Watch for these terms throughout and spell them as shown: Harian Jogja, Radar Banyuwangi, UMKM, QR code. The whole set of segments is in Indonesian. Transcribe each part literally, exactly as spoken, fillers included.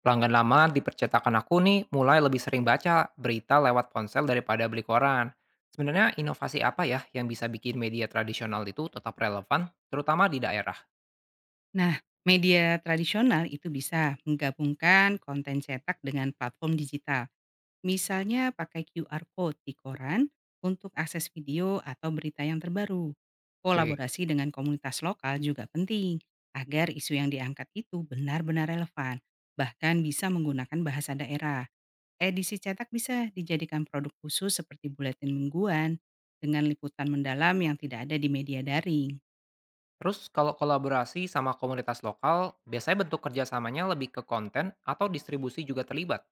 Pelanggan lama di percetakan aku nih mulai lebih sering baca berita lewat ponsel daripada beli koran. Sebenarnya inovasi apa ya yang bisa bikin media tradisional itu tetap relevan, terutama di daerah? Nah, media tradisional itu bisa menggabungkan konten cetak dengan platform digital. Misalnya pakai Q R code di koran untuk akses video atau berita yang terbaru. Oke. Kolaborasi dengan komunitas lokal juga penting agar isu yang diangkat itu benar-benar relevan, bahkan bisa menggunakan bahasa daerah. Edisi cetak bisa dijadikan produk khusus seperti buletin mingguan dengan liputan mendalam yang tidak ada di media daring. Terus kalau kolaborasi sama komunitas lokal, biasanya bentuk kerjasamanya lebih ke konten atau distribusi juga terlibat?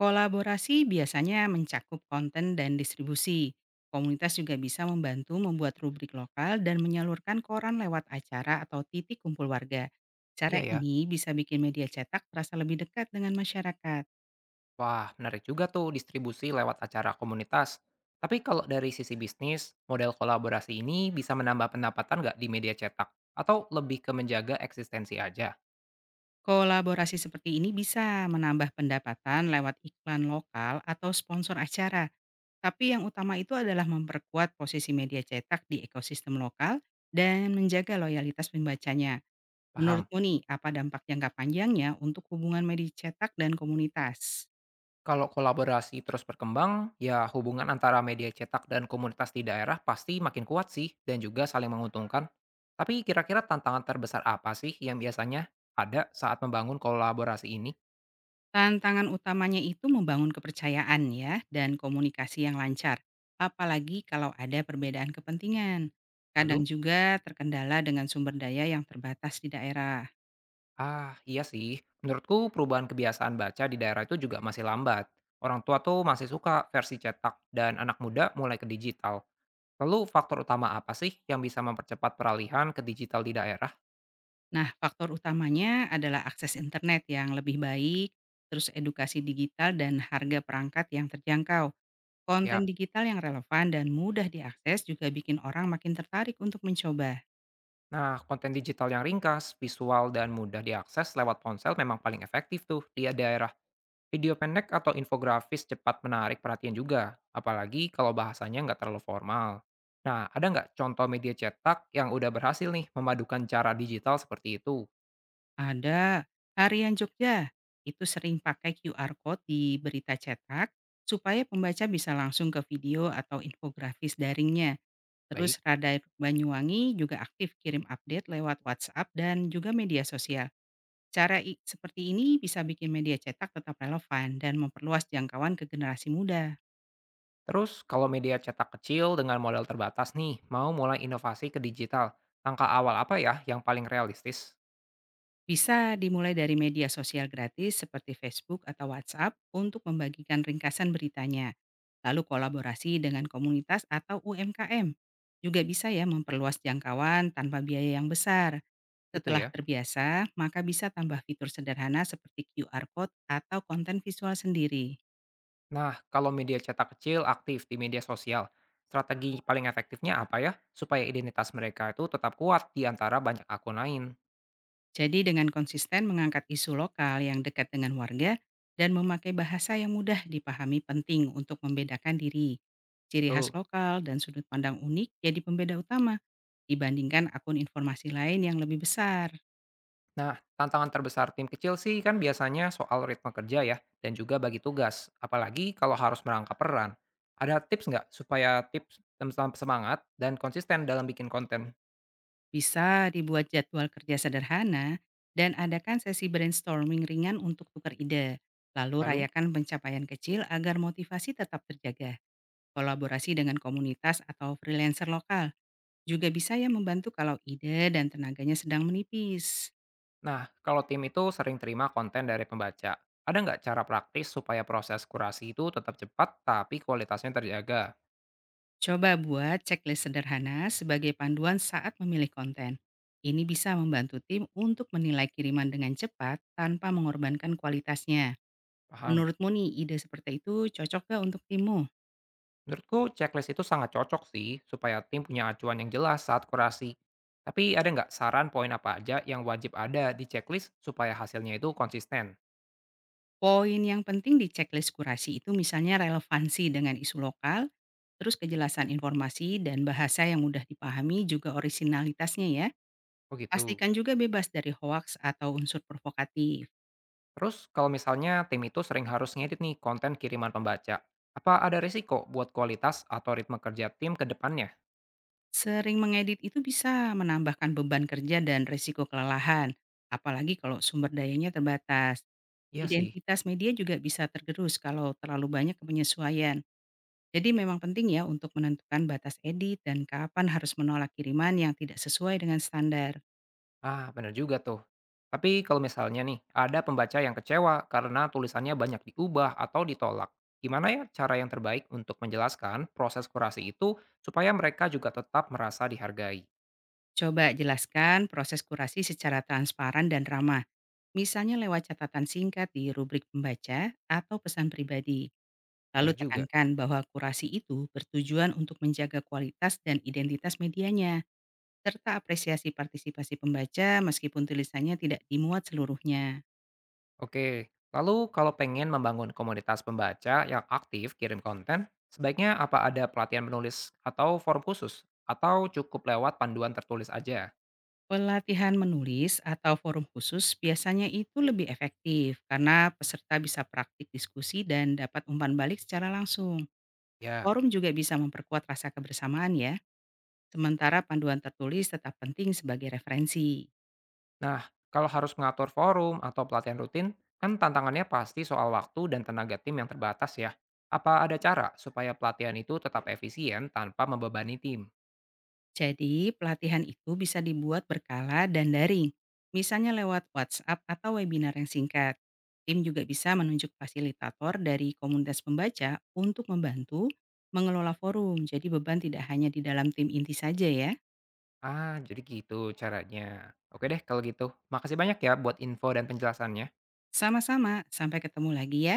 Kolaborasi biasanya mencakup konten dan distribusi. Komunitas juga bisa membantu membuat rubrik lokal dan menyalurkan koran lewat acara atau titik kumpul warga. Cara Iya ya. ini bisa bikin media cetak terasa lebih dekat dengan masyarakat. Wah, menarik juga tuh distribusi lewat acara komunitas. Tapi kalau dari sisi bisnis, model kolaborasi ini bisa menambah pendapatan nggak di media cetak? Atau lebih ke menjaga eksistensi aja? Kolaborasi seperti ini bisa menambah pendapatan lewat iklan lokal atau sponsor acara. Tapi yang utama itu adalah memperkuat posisi media cetak di ekosistem lokal dan menjaga loyalitas pembacanya. Paham. Menurutmu nih, apa dampak jangka panjangnya untuk hubungan media cetak dan komunitas? Kalau kolaborasi terus berkembang, ya hubungan antara media cetak dan komunitas di daerah pasti makin kuat sih, dan juga saling menguntungkan. Tapi kira-kira tantangan terbesar apa sih yang biasanya ada saat membangun kolaborasi ini? Tantangan utamanya itu membangun kepercayaan ya dan komunikasi yang lancar, apalagi kalau ada perbedaan kepentingan. Kadang Lalu? juga terkendala dengan sumber daya yang terbatas di daerah. Ah, iya sih. Menurutku perubahan kebiasaan baca di daerah itu juga masih lambat. Orang tua tuh masih suka versi cetak, dan anak muda mulai ke digital. Lalu faktor utama apa sih yang bisa mempercepat peralihan ke digital di daerah? Nah, faktor utamanya adalah akses internet yang lebih baik, terus edukasi digital dan harga perangkat yang terjangkau. Konten Ya. digital yang relevan dan mudah diakses juga bikin orang makin tertarik untuk mencoba. Nah, konten digital yang ringkas, visual, dan mudah diakses lewat ponsel memang paling efektif tuh di daerah. Video pendek atau infografis cepat menarik perhatian juga, apalagi kalau bahasanya nggak terlalu formal. Nah, ada nggak contoh media cetak yang udah berhasil nih memadukan cara digital seperti itu? Ada. Harian Jogja itu sering pakai Q R code di berita cetak supaya pembaca bisa langsung ke video atau infografis daringnya. Terus Baik. Radar Banyuwangi juga aktif kirim update lewat WhatsApp dan juga media sosial. Cara i- seperti ini bisa bikin media cetak tetap relevan dan memperluas jangkauan ke generasi muda. Terus, kalau media cetak kecil dengan modal terbatas nih, mau mulai inovasi ke digital, langkah awal apa ya yang paling realistis? Bisa dimulai dari media sosial gratis seperti Facebook atau WhatsApp untuk membagikan ringkasan beritanya. Lalu kolaborasi dengan komunitas atau U M K M. Juga bisa ya memperluas jangkauan tanpa biaya yang besar. Itu Setelah ya. terbiasa, maka bisa tambah fitur sederhana seperti Q R code atau konten visual sendiri. Nah, kalau media cetak kecil aktif di media sosial, strategi paling efektifnya apa ya? Supaya identitas mereka itu tetap kuat di antara banyak akun lain. Jadi dengan konsisten mengangkat isu lokal yang dekat dengan warga dan memakai bahasa yang mudah dipahami penting untuk membedakan diri. Ciri khas Betul. lokal dan sudut pandang unik jadi pembeda utama dibandingkan akun informasi lain yang lebih besar. Nah, tantangan terbesar tim kecil sih kan biasanya soal ritme kerja ya, dan juga bagi tugas, apalagi kalau harus merangkap peran. Ada tips nggak supaya tips tentang semangat dan konsisten dalam bikin konten? Bisa dibuat jadwal kerja sederhana dan adakan sesi brainstorming ringan untuk tukar ide. Lalu Lalu, rayakan pencapaian kecil agar motivasi tetap terjaga. Kolaborasi dengan komunitas atau freelancer lokal juga bisa ya membantu kalau ide dan tenaganya sedang menipis. nah kalau tim itu sering terima konten dari pembaca, ada nggak cara praktis supaya proses kurasi itu tetap cepat tapi kualitasnya terjaga? Coba buat checklist sederhana sebagai panduan saat memilih konten. Ini bisa membantu tim untuk menilai kiriman dengan cepat tanpa mengorbankan kualitasnya. Paham. Menurutmu nih, ide seperti itu cocok gak untuk timmu? Menurutku checklist itu sangat cocok sih, supaya tim punya acuan yang jelas saat kurasi. Tapi ada nggak saran poin apa aja yang wajib ada di checklist supaya hasilnya itu konsisten? Poin yang penting di checklist kurasi itu misalnya relevansi dengan isu lokal, terus kejelasan informasi dan bahasa yang mudah dipahami juga orisinalitasnya ya. Oh gitu. Pastikan juga bebas dari hoaks atau unsur provokatif. Terus kalau misalnya tim itu sering harus ngedit nih konten kiriman pembaca, apa ada risiko buat kualitas atau ritme kerja tim ke depannya? Sering mengedit itu bisa menambahkan beban kerja dan resiko kelelahan, apalagi kalau sumber dayanya terbatas. Iya sih. Identitas media juga bisa tergerus kalau terlalu banyak penyesuaian. Jadi memang penting ya untuk menentukan batas edit dan kapan harus menolak kiriman yang tidak sesuai dengan standar. Ah, benar juga tuh. Tapi kalau misalnya nih, ada pembaca yang kecewa karena tulisannya banyak diubah atau ditolak. Gimana ya cara yang terbaik untuk menjelaskan proses kurasi itu supaya mereka juga tetap merasa dihargai? Coba jelaskan proses kurasi secara transparan dan ramah, misalnya lewat catatan singkat di rubrik pembaca atau pesan pribadi. Lalu Benar juga. tekankan bahwa kurasi itu bertujuan untuk menjaga kualitas dan identitas medianya, serta apresiasi partisipasi pembaca meskipun tulisannya tidak dimuat seluruhnya. Oke, lalu kalau pengen membangun komunitas pembaca yang aktif kirim konten, sebaiknya apa ada pelatihan menulis atau forum khusus? Atau cukup lewat panduan tertulis aja? Pelatihan menulis atau forum khusus biasanya itu lebih efektif karena peserta bisa praktik diskusi dan dapat umpan balik secara langsung. Ya. Forum juga bisa memperkuat rasa kebersamaan ya, sementara panduan tertulis tetap penting sebagai referensi. Nah, kalau harus mengatur forum atau pelatihan rutin, kan tantangannya pasti soal waktu dan tenaga tim yang terbatas ya. Apa ada cara supaya pelatihan itu tetap efisien tanpa membebani tim? Jadi, pelatihan itu bisa dibuat berkala dan daring, misalnya lewat WhatsApp atau webinar yang singkat. Tim juga bisa menunjuk fasilitator dari komunitas pembaca untuk membantu mengelola forum, jadi beban tidak hanya di dalam tim inti saja ya. Ah, jadi gitu caranya. Oke deh kalau gitu. Makasih banyak ya buat info dan penjelasannya. Sama-sama, sampai ketemu lagi ya.